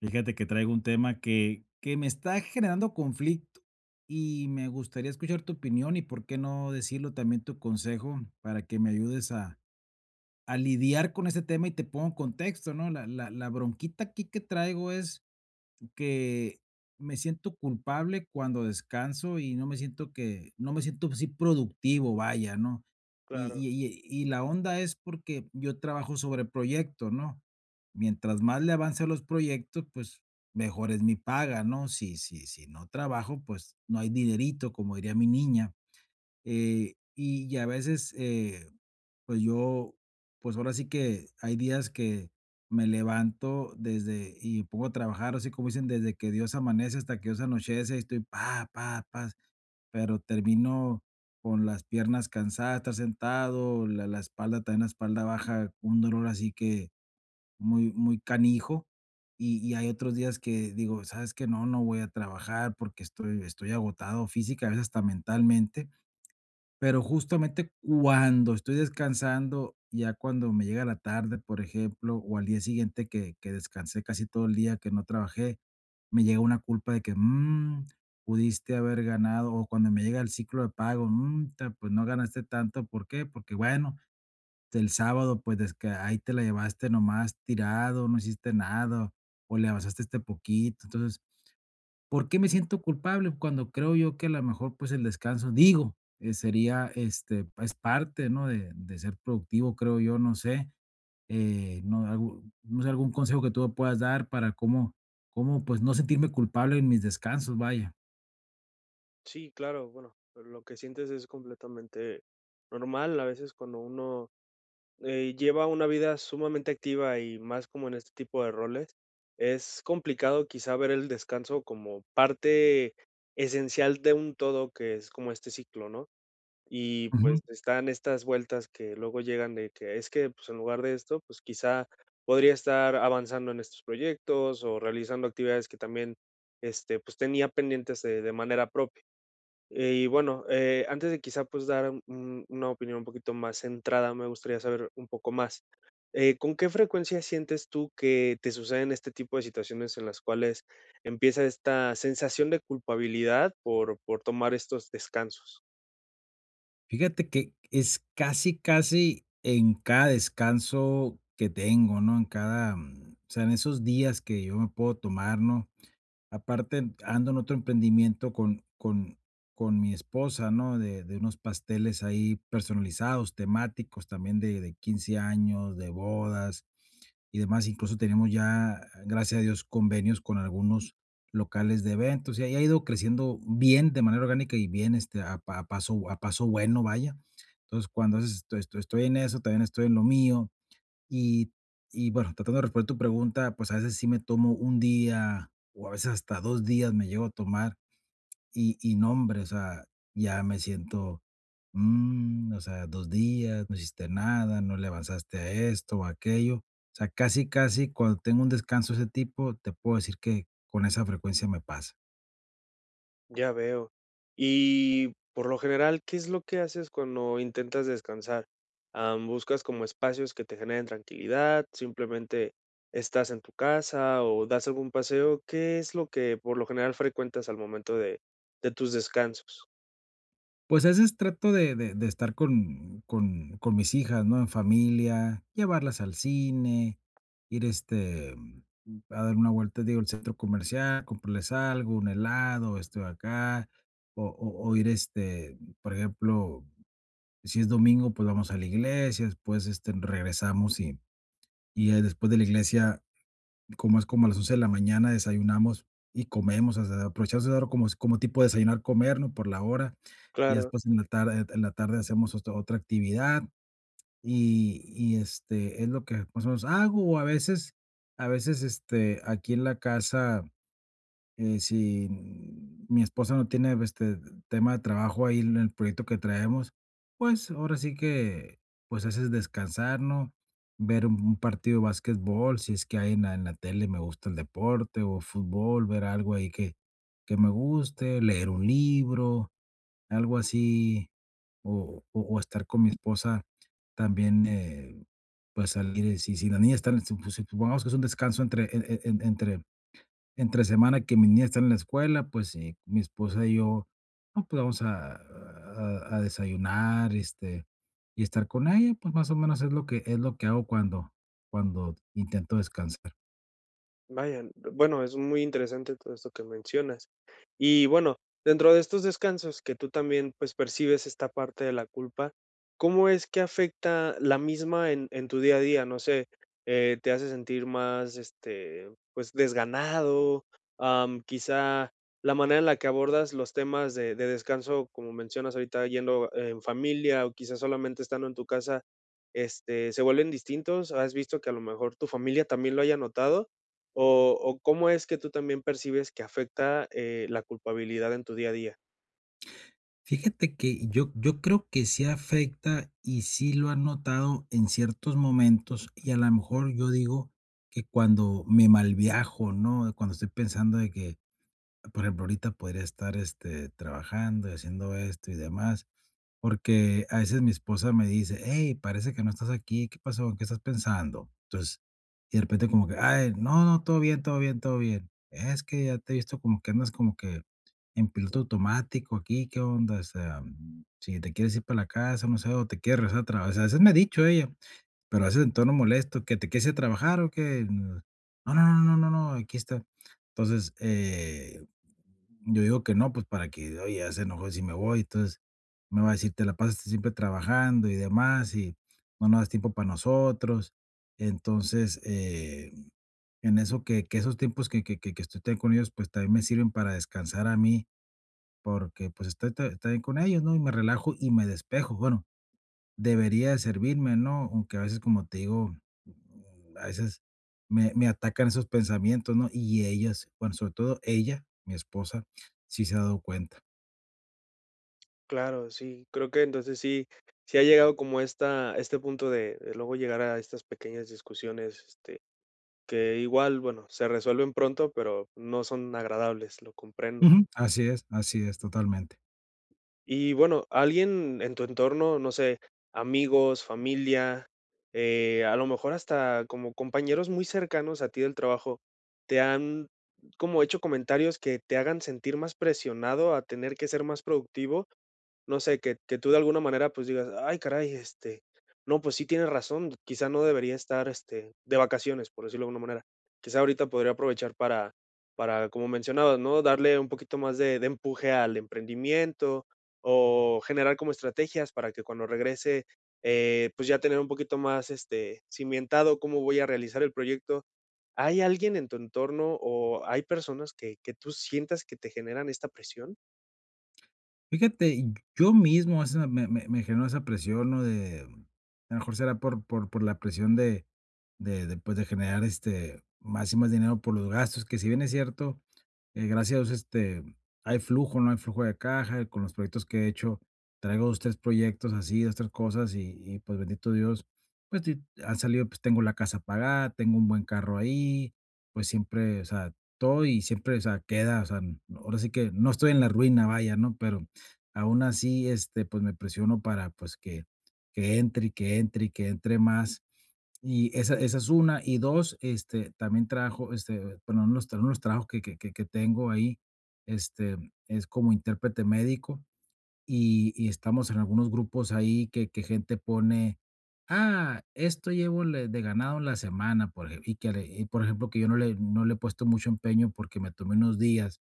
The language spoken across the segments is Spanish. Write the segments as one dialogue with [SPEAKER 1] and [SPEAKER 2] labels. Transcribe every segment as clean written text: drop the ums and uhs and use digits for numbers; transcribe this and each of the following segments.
[SPEAKER 1] Fíjate que traigo un tema que me está generando conflicto y me gustaría escuchar tu opinión y por qué no decirlo también tu consejo para que me ayudes a lidiar con este tema y te pongo en contexto, ¿no? La bronquita aquí que traigo es que me siento culpable cuando descanso y no me siento que no me siento así productivo, vaya, ¿no? Y
[SPEAKER 2] Claro,
[SPEAKER 1] y y y la onda es porque yo trabajo sobre proyecto, ¿no? Mientras más le avance a los proyectos, pues mejor es mi paga, ¿no? Si no trabajo, pues no hay dinerito, como diría mi niña. Y a veces, pues yo, pues ahora sí que hay días que me levanto desde y me pongo a trabajar, así como dicen, desde que Dios amanece hasta que Dios anochece, y estoy pa, pa, pa, pero termino con las piernas cansadas, estar sentado, la espalda también, la espalda baja, un dolor así que muy, muy canijo. Y hay otros días que digo, sabes que no, no voy a trabajar porque estoy, estoy agotado física, a veces hasta mentalmente, pero justamente cuando estoy descansando, ya cuando me llega la tarde, por ejemplo, o al día siguiente que descansé casi todo el día, que no trabajé, me llega una culpa de que "Mm, pudiste haber ganado", o cuando me llega el ciclo de pago, "Mm, ta, pues no ganaste tanto, ¿por qué?". Porque bueno, el sábado pues es que ahí te la llevaste nomás tirado, no hiciste nada, o le avanzaste este poquito. Entonces, ¿por qué me siento culpable? Cuando creo yo que a lo mejor, pues, el descanso, digo, sería, este, es parte, ¿no?, de ser productivo, creo yo, no sé, no algo no sé, algún consejo que tú me puedas dar para cómo cómo, pues, no sentirme culpable en mis descansos, vaya.
[SPEAKER 2] sí, claro, bueno, lo que sientes es completamente normal. A veces cuando uno lleva una vida sumamente activa y más como en este tipo de roles, es complicado quizá ver el descanso como parte esencial de un todo que es como este ciclo, ¿no? Y
[SPEAKER 1] Ujú.
[SPEAKER 2] pues están estas vueltas que luego llegan de que es que pues en lugar de esto, pues quizá podría estar avanzando en estos proyectos o realizando actividades que también este, pues tenía pendientes de manera propia. Y bueno, antes de quizá pues dar una opinión un poquito más centrada, me gustaría saber un poco más. ¿Con qué frecuencia sientes tú que te suceden este tipo de situaciones en las cuales empieza esta sensación de culpabilidad por tomar estos descansos?
[SPEAKER 1] Fíjate que es casi, casi en cada descanso que tengo, ¿no?, en cada, o sea, en esos días que yo me puedo tomar, ¿no? Aparte, ando en otro emprendimiento con mi esposa, ¿no? De unos pasteles ahí personalizados, temáticos, también de 15 años, de bodas y demás. Incluso tenemos ya, gracias a Dios, convenios con algunos locales de eventos, y ahí ha ido creciendo bien, de manera orgánica y bien, este, a pa a paso bueno, vaya. Entonces, cuando haces esto estoy en eso, también estoy en lo mío. Y y bueno, tratando de responder tu pregunta, pues, a veces sí me tomo un día, o a veces hasta 2 días me llego a tomar, y no, hombre, o sea, ya me siento, mm, o sea, 2 días, no hiciste nada, no le avanzaste a esto o a aquello. O sea, casi, casi cuando tengo un descanso de ese tipo, te puedo decir que con esa frecuencia me pasa.
[SPEAKER 2] Ya veo. Y por lo general, ¿qué es lo que haces cuando intentas descansar? Am, ¿buscas como espacios que te generen tranquilidad? ¿Simplemente estás en tu casa o das algún paseo? ¿Qué es lo que por lo general frecuentas al momento de tus descansos?
[SPEAKER 1] Pues a veces trato de estar con mis hijas, ¿no? En familia, llevarlas al cine, ir, este, a dar una vuelta, digo, al centro comercial, comprarles algo, un helado, esto de acá, o ir, este, por ejemplo, si es domingo, pues vamos a la iglesia, después, este, regresamos y ya después de la iglesia como es como a las 11 de la mañana desayunamos y comemos, o sea, aprovechamos esa hora como como tipo desayunar, comer, ¿no?, por la hora, y
[SPEAKER 2] Claro,
[SPEAKER 1] después en la tarde hacemos otra actividad y, este, es lo que más o menos hago, o a veces, este, aquí en la casa, si mi esposa no tiene, este, tema de trabajo ahí en el proyecto que traemos, pues, ahora sí que, pues, haces descansar, ¿no? Ver un partido de básquetbol si es que hay en la tele, me gusta el deporte o fútbol, ver algo ahí que me guste, leer un libro, algo así, o estar con mi esposa también, pues, salir, si la niña está en sup- supongamos que es un descanso entre en entre entre semana que mis niñas están en la escuela, pues sí, mi esposa y yo, no, pues vamos a desayunar, este, y estar con ella, pues más o menos es lo que hago cuando, cuando intento descansar.
[SPEAKER 2] vaya, bueno, es muy interesante todo esto que mencionas. Y bueno, dentro de estos descansos que tú también, pues, percibes esta parte de la culpa, ¿cómo es que afecta la misma en tu día a día? No sé, ¿te hace sentir más, este, pues, desganado? Am, quizá la manera en la que abordas los temas de descanso, como mencionas ahorita, yendo en familia o quizás solamente estando en tu casa, este, ¿se vuelven distintos? ¿Has visto que a lo mejor tu familia también lo haya notado? ¿O cómo es que tú también percibes que afecta, la culpabilidad en tu día a día?
[SPEAKER 1] Fíjate que yo creo que sí afecta y sí lo han notado en ciertos momentos y a lo mejor yo digo que cuando me malviajo, ¿no? Cuando estoy pensando de que, por ejemplo, ahorita podría estar, este, trabajando y haciendo esto y demás, porque a veces mi esposa me dice: "Hey, parece que no estás aquí, ¿qué pasó? ¿En qué estás pensando?". Entonces, y de repente como que: "Ay, no, no, todo bien, todo bien, todo bien". "Es que ya te he visto como que andas como que en piloto automático aquí, ¿qué onda? O sea, mm, si te quieres ir para la casa, no sé, o te quieres regresar a trabajar", a veces me ha dicho ella. Pero a veces en tono molesto, que te quieres trabajar o que no, no, no, no, no, no, aquí está. Entonces, yo digo que no, pues para que, oye, ya se enojó si me voy, entonces me va a decir, te la pasas siempre trabajando y demás, y no nos das tiempo para nosotros. Entonces, en eso que esos tiempos que estoy también con ellos, pues también me sirven para descansar a mí, porque pues estoy ta- también con ellos, ¿no? Y me relajo y me despejo. Bueno, debería de servirme, ¿no? Aunque a veces, como te digo, a veces me atacan esos pensamientos, ¿no? Y ellas, bueno, sobre todo ella, mi esposa, sí se ha dado cuenta.
[SPEAKER 2] Claro, sí, creo que entonces sí ha llegado como esta este punto de luego llegar a estas pequeñas discusiones, este, que igual, bueno, se resuelven pronto, pero no son agradables, lo comprendo.
[SPEAKER 1] Ujú, así es, así es, totalmente.
[SPEAKER 2] Y bueno, alguien en tu entorno, no sé, amigos, familia, a lo mejor hasta como compañeros muy cercanos a ti del trabajo, ¿te han como hecho comentarios que te hagan sentir más presionado a tener que ser más productivo? No sé, que tú de alguna manera, pues, digas: "Ay, caray, este, no, pues sí tienes razón, quizá no debería estar, este, de vacaciones", por decirlo de alguna manera. Quizá ahorita podría aprovechar para, como mencionabas, ¿no?, darle un poquito más de empuje al emprendimiento, o generar como estrategias para que cuando regrese, pues, ya tener un poquito más, este, cimentado cómo voy a realizar el proyecto. ¿Hay alguien en tu entorno, o hay personas que tú sientas que te generan esta presión?
[SPEAKER 1] Fíjate, yo mismo a veces me genero esa presión, ¿no? De, a lo mejor será por la presión pues, de generar este, más y más dinero por los gastos, que si bien es cierto, gracias a Dios, este, hay flujo, ¿no? Hay flujo de caja, con los proyectos que he hecho, traigo 2 3 proyectos así, 2 3 cosas y, pues, bendito Dios, pues, ti han salido, pues, tengo la casa pagada, tengo un buen carro ahí, pues, siempre, o sea, todo y siempre, o sea, queda, o sea, n- ahora sí que no estoy en la ruina, vaya, ¿no? Pero aún así, este, pues, me presiono para, pues, que entre, y que entre, y que entre más, y esa es una, y 2 este, también trajo, este, bueno, uno de los tra unos trabajos que tengo ahí, este, es como intérprete médico, y estamos en algunos grupos ahí que gente pone: "Ah, esto llevo le de ganado en la semana", por ejemplo y que le y por ejemplo, que yo no le he puesto mucho empeño porque me tomé unos días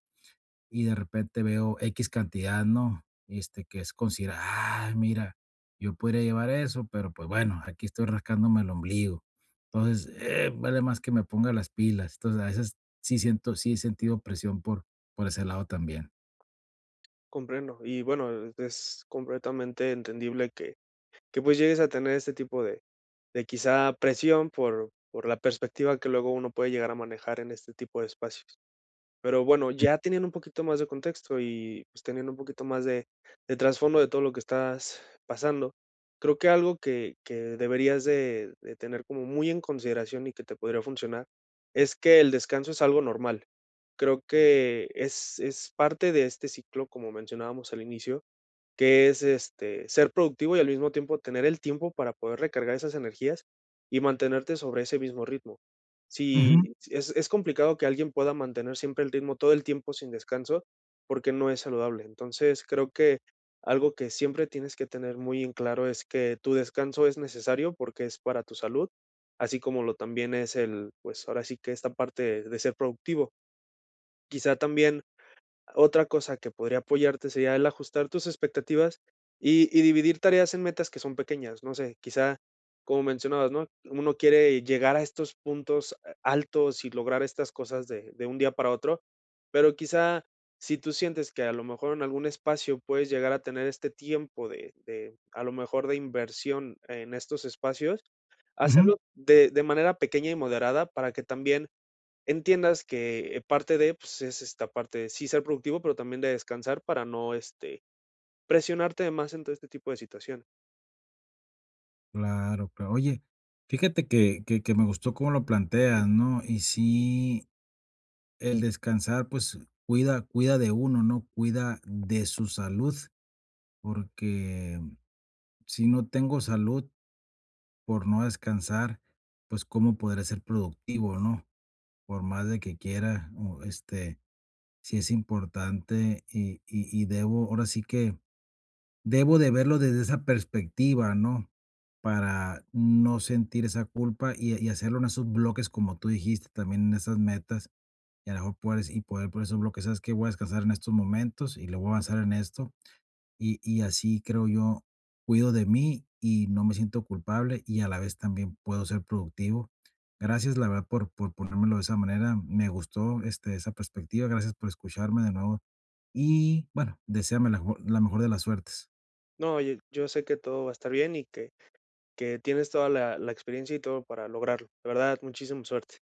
[SPEAKER 1] y de repente veo X cantidad, ¿no? Este, que es considerar, ah, mira, yo podría llevar eso, pero pues bueno, aquí estoy rascándome el ombligo. Entonces, vale más que me ponga las pilas. Entonces, a veces sí siento, sí he sentido presión por ese lado también.
[SPEAKER 2] Comprendo. Y bueno, es completamente entendible que, pues, llegues a tener este tipo de quizá presión por la perspectiva que luego uno puede llegar a manejar en este tipo de espacios. Pero bueno, ya teniendo un poquito más de contexto y, pues, teniendo un poquito más de trasfondo de todo lo que estás pasando, creo que algo que deberías de tener como muy en consideración y que te podría funcionar, es que el descanso es algo normal. Creo que es parte de este ciclo, como mencionábamos al inicio, que es, este, ser productivo y al mismo tiempo tener el tiempo para poder recargar esas energías y mantenerte sobre ese mismo ritmo.
[SPEAKER 1] Ujú,
[SPEAKER 2] Si es complicado que alguien pueda mantener siempre el ritmo todo el tiempo sin descanso, porque no es saludable. Entonces, creo que algo que siempre tienes que tener muy en claro es que tu descanso es necesario porque es para tu salud, así como lo también es el, pues, ahora sí que esta parte de ser productivo. Quizá también otra cosa que podría apoyarte sería el ajustar tus expectativas y dividir tareas en metas que son pequeñas. No sé, quizá, como mencionabas, ¿no? Uno quiere llegar a estos puntos a altos y lograr estas cosas de un día para otro, pero quizá si tú sientes que a lo mejor en algún espacio puedes llegar a tener este tiempo de a lo mejor, de inversión en estos espacios,
[SPEAKER 1] ujú,
[SPEAKER 2] hacerlo de manera pequeña y moderada para que también entiendas que, parte de, pues, es esta parte de sí ser productivo, pero también de descansar para no, este, presionarte de más en todo este tipo de situación.
[SPEAKER 1] claro, claro. Oye, fíjate que me gustó cómo lo planteas, ¿no? Y sí, el descansar, pues cuida, cuida de uno, ¿no? Cuida de su salud, porque si no tengo salud por no descansar, pues cómo podré ser productivo, ¿no? Por más de que quiera, o este, si es importante y debo, ahora sí que debo de verlo desde esa perspectiva, ¿no? Para no sentir esa culpa y hacerlo en esos bloques, como tú dijiste, también en esas metas, y a lo mejor puedes, y poder por esos bloques, sabes que voy a descansar en estos momentos y le voy a avanzar en esto y así creo yo, cuido de mí y no me siento culpable y a la vez también puedo ser productivo. Gracias, la verdad, por ponérmelo de esa manera. Me gustó, este, esa perspectiva. Gracias por escucharme de nuevo y, bueno, deséame la jo la mejor de las suertes.
[SPEAKER 2] No, oye, yo sé que todo va a estar bien y que tienes toda la experiencia y todo para lograrlo. De verdad, muchísima suerte.